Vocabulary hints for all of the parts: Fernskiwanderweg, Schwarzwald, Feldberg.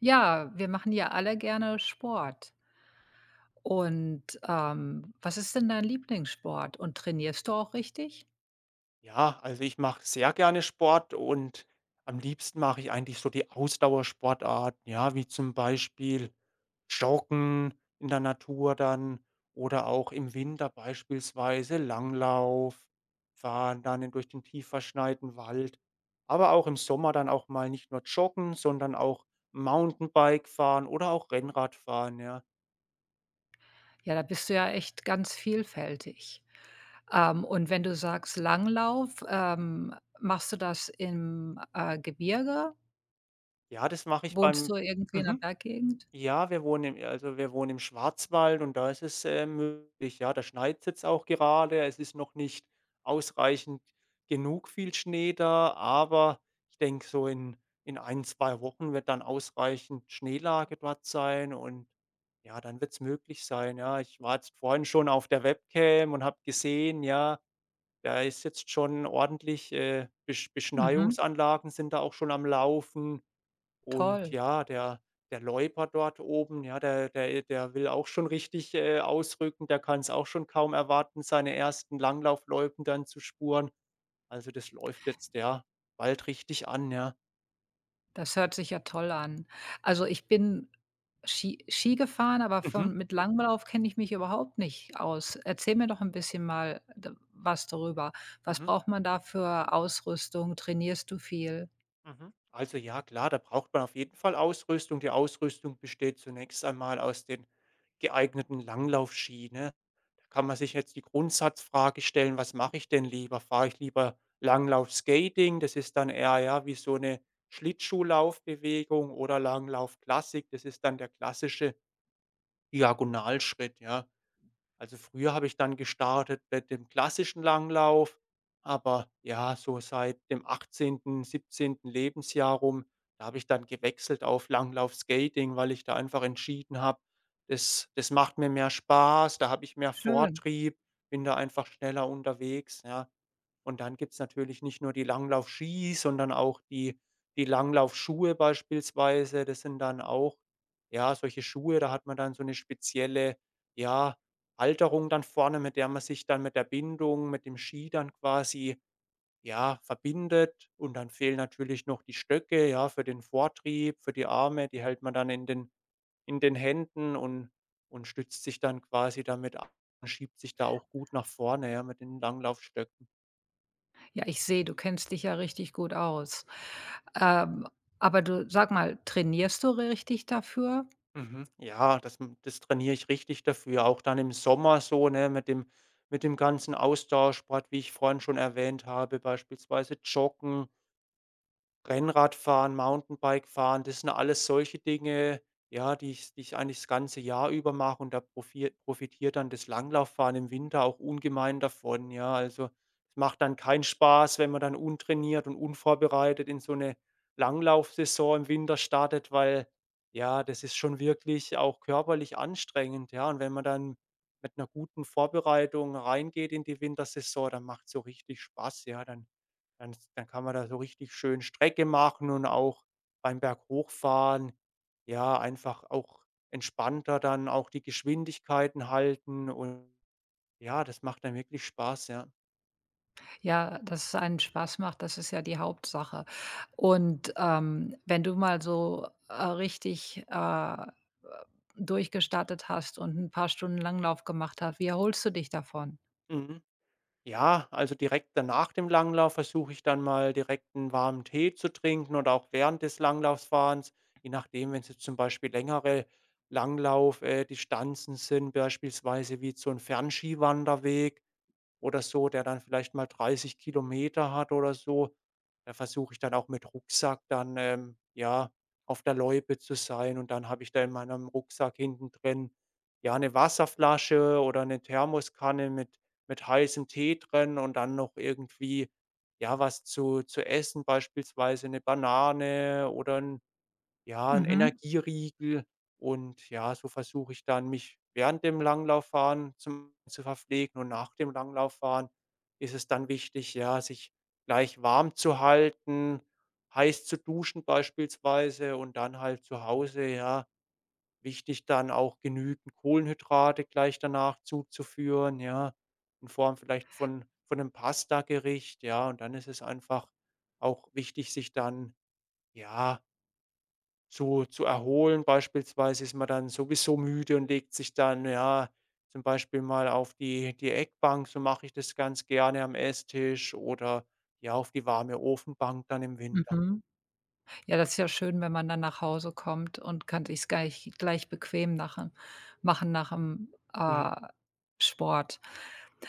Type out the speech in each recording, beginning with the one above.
Ja, wir machen ja alle gerne Sport. Und, was ist denn dein Lieblingssport und trainierst du auch richtig? Ja, also ich mache sehr gerne Sport und am liebsten mache ich eigentlich so die Ausdauersportarten, ja, wie zum Beispiel Joggen in der Natur dann, oder auch im Winter beispielsweise Langlauf, fahren dann in durch den tief verschneiten Wald, aber auch im Sommer dann auch mal nicht nur joggen, sondern auch Mountainbike fahren oder auch Rennrad fahren, ja. Ja, da bist du ja echt ganz vielfältig. Und wenn du sagst Langlauf, machst du das im Gebirge? Ja, das mache ich Wohnst beim. du irgendwie in der Mhm. Berggegend? Ja, wir wohnen im also, wir wohnen im Schwarzwald und da ist es, möglich. Ja, da schneit's jetzt auch gerade. Es ist noch nicht ausreichend genug viel Schnee da, aber ich denke, so in ein 2 Wochen wird dann ausreichend Schneelage dort sein, und ja, dann wird es möglich sein, ja. Ich war jetzt vorhin schon auf der Webcam und habe gesehen, ja, da ist jetzt schon ordentlich, Mhm, Beschneiungsanlagen sind da auch schon am Laufen. Und toll. ja, der der Loiper dort oben, ja, der will auch schon richtig, ausrücken. Der kann es auch schon kaum erwarten, seine ersten Langlaufloipen dann zu spuren. Also, das läuft jetzt, ja, bald richtig an, ja. Das hört sich ja toll an. Also, ich bin Ski gefahren, aber Mhm, von mit Langlauf kenne ich mich überhaupt nicht aus. Erzähl mir doch ein bisschen mal d was darüber. Was mhm, braucht man da für Ausrüstung? Trainierst du viel? mhm. Also, ja klar, da braucht man auf jeden Fall Ausrüstung. Die Ausrüstung besteht zunächst einmal aus den geeigneten Langlaufski, ne? Kann man sich jetzt die Grundsatzfrage stellen: „Was mache ich denn lieber? Fahre ich lieber Langlauf-Skating?“ Das ist dann eher, ja, wie so eine Schlittschuhlaufbewegung, oder Langlauf-Klassik. Das ist dann der klassische Diagonalschritt, ja. Also, früher habe ich dann gestartet mit dem klassischen Langlauf, aber ja, so seit dem 18., 17. Lebensjahr rum, da habe ich dann gewechselt auf Langlaufskating, weil ich da einfach entschieden habe, das macht mir mehr Spaß, da habe ich mehr Schön. Vortrieb, bin da einfach schneller unterwegs, ja. Und dann gibt's natürlich nicht nur die Langlaufski, sondern auch die Langlaufschuhe beispielsweise. Das sind dann auch, ja, solche Schuhe, da hat man dann so eine spezielle, ja, Halterung dann vorne, mit der man sich dann mit der Bindung, mit dem Ski dann quasi, ja, verbindet. Und dann fehlen natürlich noch die Stöcke, ja, für den Vortrieb, für die Arme. Die hält man dann in den Händen, und stützt sich dann quasi damit ab und schiebt sich da auch gut nach vorne, ja, mit den Langlaufstöcken. Ja, ich sehe, du kennst dich ja richtig gut aus. Ähm, aber du sag mal, trainierst du richtig dafür? Mhm. Ja, das trainiere ich richtig dafür, auch dann im Sommer so, ne, mit dem ganzen Austauschsport, wie ich vorhin schon erwähnt habe, beispielsweise Joggen, Rennradfahren, Mountainbikefahren, das sind alles solche Dinge, ja, die ich eigentlich das ganze Jahr über mache, und da profitiert dann das Langlauffahren im Winter auch ungemein davon, ja. Also, es macht dann keinen Spaß, wenn man dann untrainiert und unvorbereitet in so eine Langlaufsaison im Winter startet, weil, ja, das ist schon wirklich auch körperlich anstrengend, ja. Und wenn man dann mit einer guten Vorbereitung reingeht in die Wintersaison, dann macht es so richtig Spaß, ja, dann kann man da so richtig schön Strecke machen, und auch beim Berg hochfahren, ja, einfach auch entspannter dann auch die Geschwindigkeiten halten, und ja, das macht dann wirklich Spaß, ja. Ja, dass es einen Spaß macht, das ist ja die Hauptsache. Und, wenn du mal so richtig, durchgestartet hast und ein paar Stunden Langlauf gemacht hast, wie erholst du dich davon? Mhm. Ja, also direkt danach dem Langlauf versuche ich dann mal direkt einen warmen Tee zu trinken, oder auch während des Langlauffahrens, je nachdem, wenn es jetzt zum Beispiel längere Langlauf Distanzen sind, beispielsweise wie jetzt so 'n Fernskiwanderweg oder so, der dann vielleicht mal 30 Kilometer hat oder so. Da versuche ich dann auch mit Rucksack dann, ja, auf der Loipe zu sein, und dann habe ich da in meinem Rucksack hinten drin, ja, eine Wasserflasche oder eine Thermoskanne mit heißem Tee drin, und dann noch irgendwie, ja, was zu essen, beispielsweise eine Banane oder ja, 'n Mhm, Energieriegel, und ja, so versuche ich dann, mich während dem Langlauffahren zum zu verpflegen, und nach dem Langlauffahren ist es dann wichtig, ja, sich gleich warm zu halten, heiß zu duschen beispielsweise, und dann halt zu Hause, ja, wichtig dann auch genügend Kohlenhydrate gleich danach zuzuführen, ja, in Form vielleicht von 'nem Pastagericht, ja, und dann ist es einfach auch wichtig, sich dann, ja, zu erholen. Beispielsweise ist man dann sowieso müde und legt sich dann, ja, zum Beispiel mal auf die Eckbank, so mache ich das ganz gerne am Esstisch, oder, ja, auf die warme Ofenbank dann im Winter. mhm. Ja, das ist ja schön, wenn man dann nach Hause kommt und kann sich's gleich bequem nach'm machen nach'm, Mhm, äh, Sport.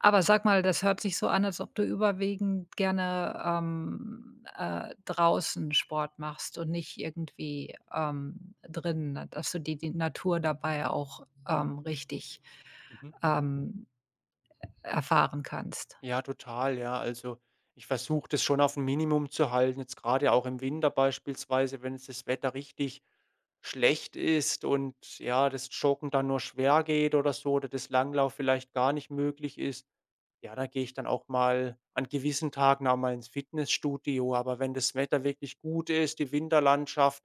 Aber sag mal, das hört sich so an, als ob du überwiegend gerne, draußen Sport machst und nicht irgendwie, drinnen, ne, dass du dir die Natur dabei auch, richtig, mhm. ähm, erfahren kannst. Ja, total, ja. Also, ich versuche das schon auf ein Minimum zu halten, jetzt gerade auch im Winter beispielsweise, wenn jetzt das Wetter richtig schlecht ist und, ja, das Joggen dann nur schwer geht oder so, oder das Langlauf vielleicht gar nicht möglich ist. Ja, da gehe ich dann auch mal an gewissen Tagen auch mal ins Fitnessstudio. Aber wenn das Wetter wirklich gut ist, die Winterlandschaft,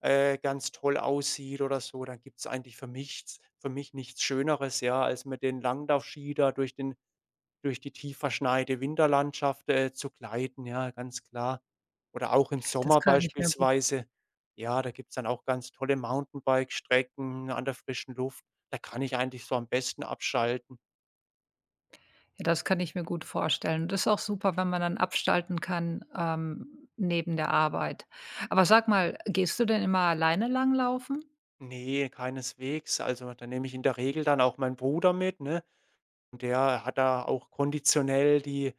ganz toll aussieht oder so, dann gibt es eigentlich für mich nichts Schöneres, ja, als mit den Langlaufski da durch die tief verschneite Winterlandschaft, zu gleiten, ja, ganz klar. Oder auch im Das Sommer kann ich mir gut. beispielsweise. Ja, da gibt's dann auch ganz tolle Mountainbike-Strecken an der frischen Luft. Da kann ich eigentlich so am besten abschalten. Ja, das kann ich mir gut vorstellen. Das ist auch super, wenn man dann abschalten kann, neben der Arbeit. Aber sag mal, gehst du denn immer alleine langlaufen? Nee, keineswegs. Also, da nehme ich in der Regel dann auch meinen Bruder mit, ne? Und der hat da auch konditionell die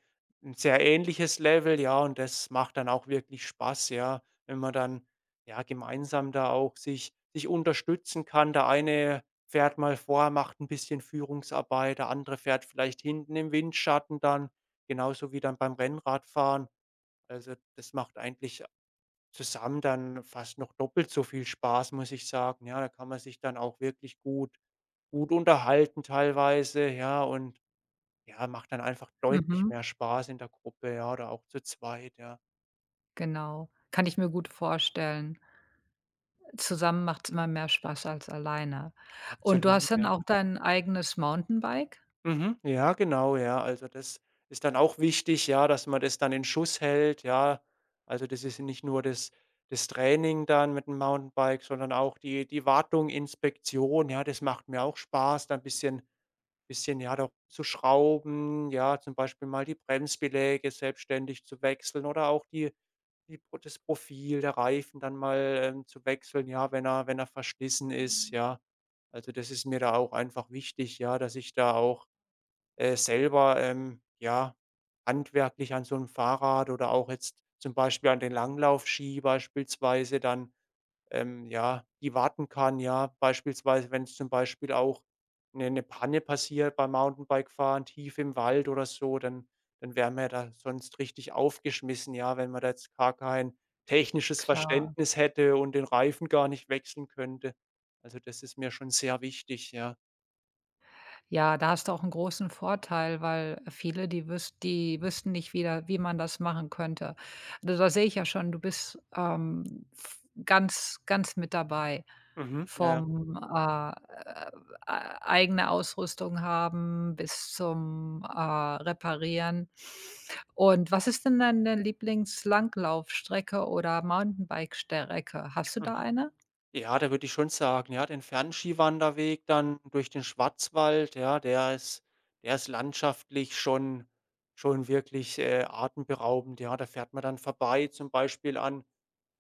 ein sehr ähnliches Level, ja, und das macht dann auch wirklich Spaß, ja, wenn man dann, ja, gemeinsam da auch sich unterstützen kann. Der eine fährt mal vor, macht ein bisschen Führungsarbeit, der andere fährt vielleicht hinten im Windschatten dann, genauso wie dann beim Rennradfahren. Also, das macht eigentlich zusammen dann fast noch doppelt so viel Spaß, muss ich sagen. Ja, da kann man sich dann auch wirklich gut unterhalten teilweise, ja, und ja, macht dann einfach deutlich Mhm, mehr Spaß in der Gruppe, ja, oder auch zu zweit, ja. genau. Kann ich mir gut vorstellen. Zusammen macht es immer mehr Spaß als alleine. Und du hast Absolut, dann ja. auch dein eigenes Mountainbike? Mhm. Ja, genau, ja. Also, das ist dann auch wichtig, ja, dass man das dann in Schuss hält, ja. Also, das ist nicht nur das Training dann mit dem Mountainbike, sondern auch die Wartung, Inspektion, ja, das macht mir auch Spaß, da 'n bisschen, ja, doch zu schrauben, ja, zum Beispiel mal die Bremsbeläge selbstständig zu wechseln, oder auch die Die Pro das Profil, der Reifen dann mal, zu wechseln, ja, wenn er verschlissen ist, ja. Also, das ist mir da auch einfach wichtig, ja, dass ich da auch, selber, ja, handwerklich an so einem Fahrrad, oder auch jetzt zum Beispiel an den Langlaufski beispielsweise dann, ja, die warten kann, ja. Beispielsweise, wenn's zum Beispiel auch eine Panne passiert beim Mountainbikefahren tief im Wald oder so, dann wären wir da sonst richtig aufgeschmissen, ja, wenn man da jetzt gar kein technisches Klar. Verständnis hätte und den Reifen gar nicht wechseln könnte. Also, das ist mir schon sehr wichtig, ja. Ja, da hast du auch einen großen Vorteil, weil viele, die wüssten nicht wieder, wie man das machen könnte. Also, da sehe ich ja schon, du bist, v ganz mit dabei. Mhm, ja, ja. Vom eigene Ausrüstung haben bis zum, Reparieren. Und was ist denn deine Lieblings-Langlaufstrecke oder Mountainbike-Strecke? Hast du da Mhm. eine? Ja, da würde ich schon sagen, ja, den Fernskiwanderweg dann durch den Schwarzwald, ja, der ist landschaftlich schon wirklich, atemberaubend, ja. Da fährt man dann vorbei zum Beispiel an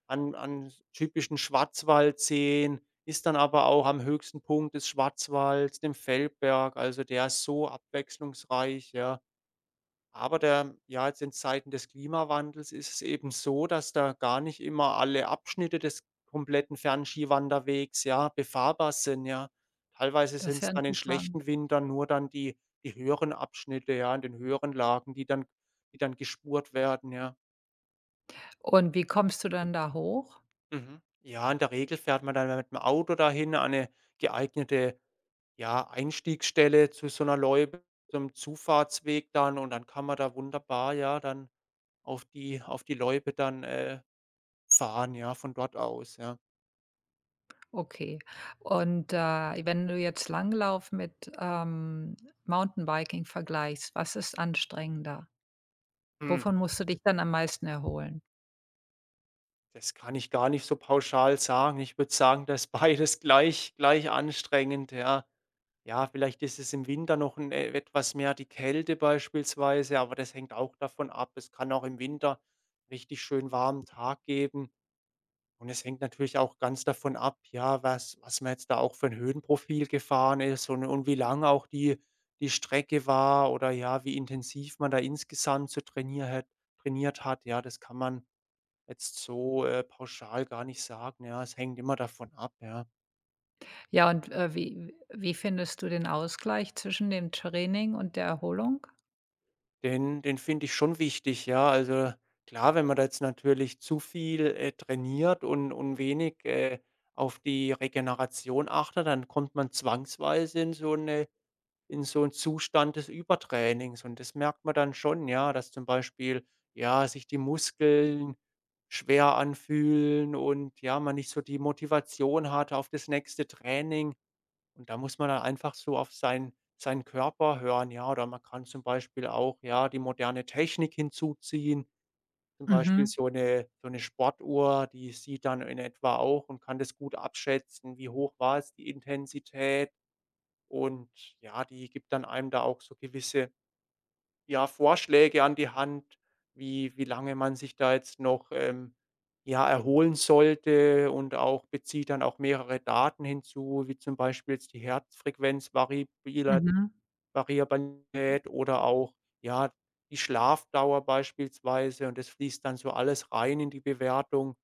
an typischen Schwarzwaldseen, ist dann aber auch am höchsten Punkt des Schwarzwalds, dem Feldberg. Also, der ist so abwechslungsreich, ja. Aber der, ja, jetzt in Zeiten des Klimawandels ist es eben so, dass da gar nicht immer alle Abschnitte des kompletten Fernskiwanderwegs, ja, befahrbar sind, ja. Teilweise Das sind ist ja es dann in interessant. schlechten Wintern nur dann die höheren Abschnitte, ja, in den höheren Lagen, die dann gespurt werden, ja. Und wie kommst du dann da hoch? Mhm. Ja, in der Regel fährt man dann mit dem Auto dahin an 'ne geeignete, ja, Einstiegsstelle zu so einer Loipe, so 'nem Zufahrtsweg dann, und dann kann man da wunderbar, ja, dann auf die Loipe dann, fahren, ja, von dort aus, ja. Okay. Und, wenn du jetzt Langlauf mit, Mountainbiking vergleichst, was ist anstrengender? Mhm. Wovon musst du dich dann am meisten erholen? Das kann ich gar nicht so pauschal sagen. Ich würde sagen, das ist beides gleich anstrengend, ja. Ja, vielleicht ist es im Winter noch ein e etwas mehr die Kälte beispielsweise, aber das hängt auch davon ab. Es kann auch im Winter richtig schön warmen Tag geben. Und es hängt natürlich auch ganz davon ab, ja, was man jetzt da auch für ein Höhenprofil gefahren ist, und wie lang auch die Strecke war, oder, ja, wie intensiv man da insgesamt so trainiert hat. Ja, das kann man jetzt so, pauschal gar nicht sagen, ja. Es hängt immer davon ab, ja. Ja, und, wie findest du den Ausgleich zwischen dem Training und der Erholung? Den finde ich schon wichtig, ja. Also, klar, wenn man da jetzt natürlich zu viel, trainiert, und wenig, auf die Regeneration achtet, dann kommt man zwangsweise in so eine in so 'n Zustand des Übertrainings, und das merkt man dann schon, ja, dass zum Beispiel, ja, sich die Muskeln schwer anfühlen, und, ja, man nicht so die Motivation hat auf das nächste Training. Und da muss man dann einfach so auf seinen Körper hören, ja, oder man kann zum Beispiel auch, ja, die moderne Technik hinzuziehen, zum Beispiel Mhm, so 'ne so 'ne Sportuhr, die sieht dann in etwa auch, und kann das gut abschätzen, wie hoch war jetzt die Intensität. Und ja, die gibt dann einem da auch so gewisse, ja, Vorschläge an die Hand, wie lange man sich da jetzt noch, ja, erholen sollte, und auch bezieht dann auch mehrere Daten hinzu, wie zum Beispiel jetzt die Herzfrequenz, variabler mhm. Variabilität, oder auch, ja, die Schlafdauer beispielsweise, und das fließt dann so alles rein in die Bewertung.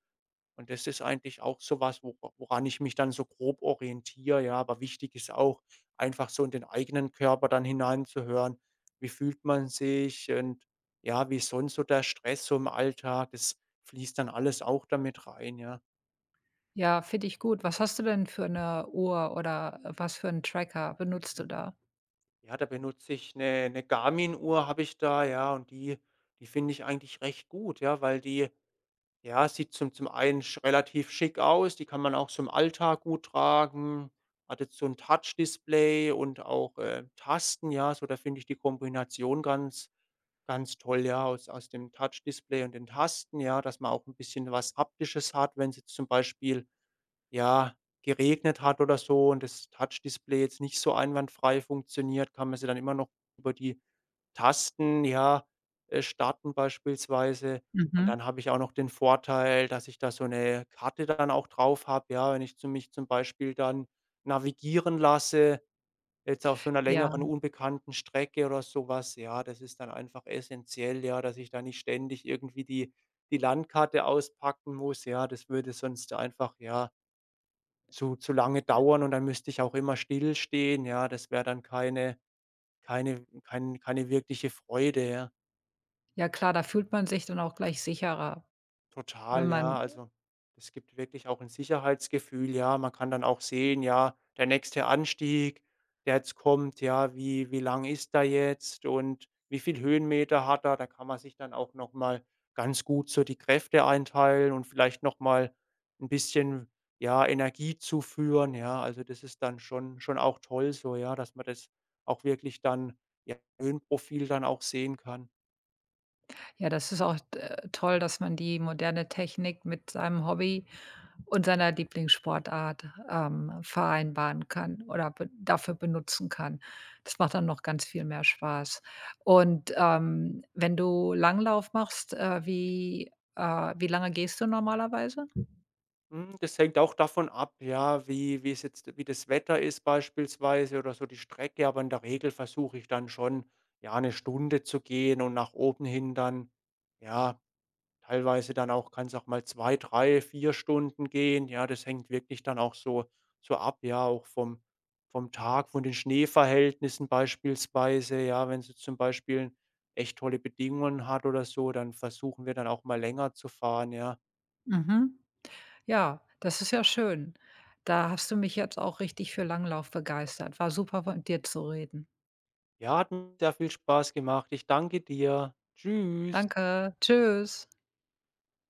Und das ist eigentlich auch so was, wo woran ich mich dann so grob orientiere, ja. Aber wichtig ist auch, einfach so in den eigenen Körper dann hineinzuhören. Wie fühlt man sich, und ja, wie ist sonst so der Stress so im Alltag? Das fließt dann alles auch damit rein, ja. Ja, finde ich gut. Was hast du denn für eine Uhr oder was für einen Tracker benutzt Hm. du da? Ja, da benutze ich eine 'ne Garmin-Uhr habe ich da, ja, und die die finde ich eigentlich recht gut, ja, weil die, ja, sieht zum einen sch relativ schick aus, die kann man auch so im Alltag gut tragen, hat jetzt so 'n Touchdisplay und auch, Tasten, ja, so da finde ich die Kombination ganz ganz toll, ja, aus dem Touchdisplay und den Tasten, ja, dass man auch ein bisschen was Haptisches hat, wenn's jetzt zum Beispiel, ja, geregnet hat oder so, und das Touchdisplay jetzt nicht so einwandfrei funktioniert, kann man sie dann immer noch über die Tasten, ja, starten beispielsweise. Und Mhm. dann habe ich auch noch den Vorteil, dass ich da so eine Karte dann auch drauf habe, ja, wenn ich zu mich zum Beispiel dann navigieren lasse, jetzt auf so einer Ja, längeren unbekannten Strecke oder sowas. Ja, das ist dann einfach essentiell, ja, dass ich da nicht ständig irgendwie die die Landkarte auspacken muss. Ja, das würde sonst einfach, ja, zu lange dauern, und dann müsste ich auch immer stillstehen, ja. Das wäre dann keine wirkliche Freude, ja. ja klar, da fühlt man sich dann auch gleich sicherer, wenn Total, ja. man. Also, es gibt wirklich auch ein Sicherheitsgefühl, ja. Man kann dann auch sehen, ja, der nächste Anstieg, der jetzt kommt, ja, wie lang ist da jetzt, und wie viel Höhenmeter hat er? Da kann man sich dann auch noch mal ganz gut so die Kräfte einteilen, und vielleicht noch mal 'n bisschen, ja, Energie zuführen, ja. Also, das ist dann schon auch toll so, ja, dass man das auch wirklich dann, ja, Höhenprofil dann auch sehen kann. Ja, das ist auch, toll, dass man die moderne Technik mit seinem Hobby und seiner Lieblingssportart, vereinbaren kann oder be dafür benutzen kann. Das macht dann noch ganz viel mehr Spaß. Und, wenn du Langlauf machst, wie wie lange gehst du normalerweise? Hm, das hängt auch davon ab, ja, wie wie es jetzt wie das Wetter ist beispielsweise, oder so die Strecke, aber in der Regel versuche ich dann schon, ja, 1 Stunde zu gehen, und nach oben hin dann, ja, teilweise dann auch kann es auch mal 2, 3, 4 Stunden gehen. Ja, das hängt wirklich dann auch so so ab, ja, auch vom Tag, von den Schneeverhältnissen beispielsweise. Ja, wenn es zum Beispiel echt tolle Bedingungen hat oder so, dann versuchen wir dann auch mal länger zu fahren, ja. Mhm. Ja, das ist ja schön. Da hast du mich jetzt auch richtig für Langlauf begeistert. War super, von dir zu reden. Ja, hat mir sehr viel Spaß gemacht. Ich danke dir. Tschüss. Danke. Tschüss.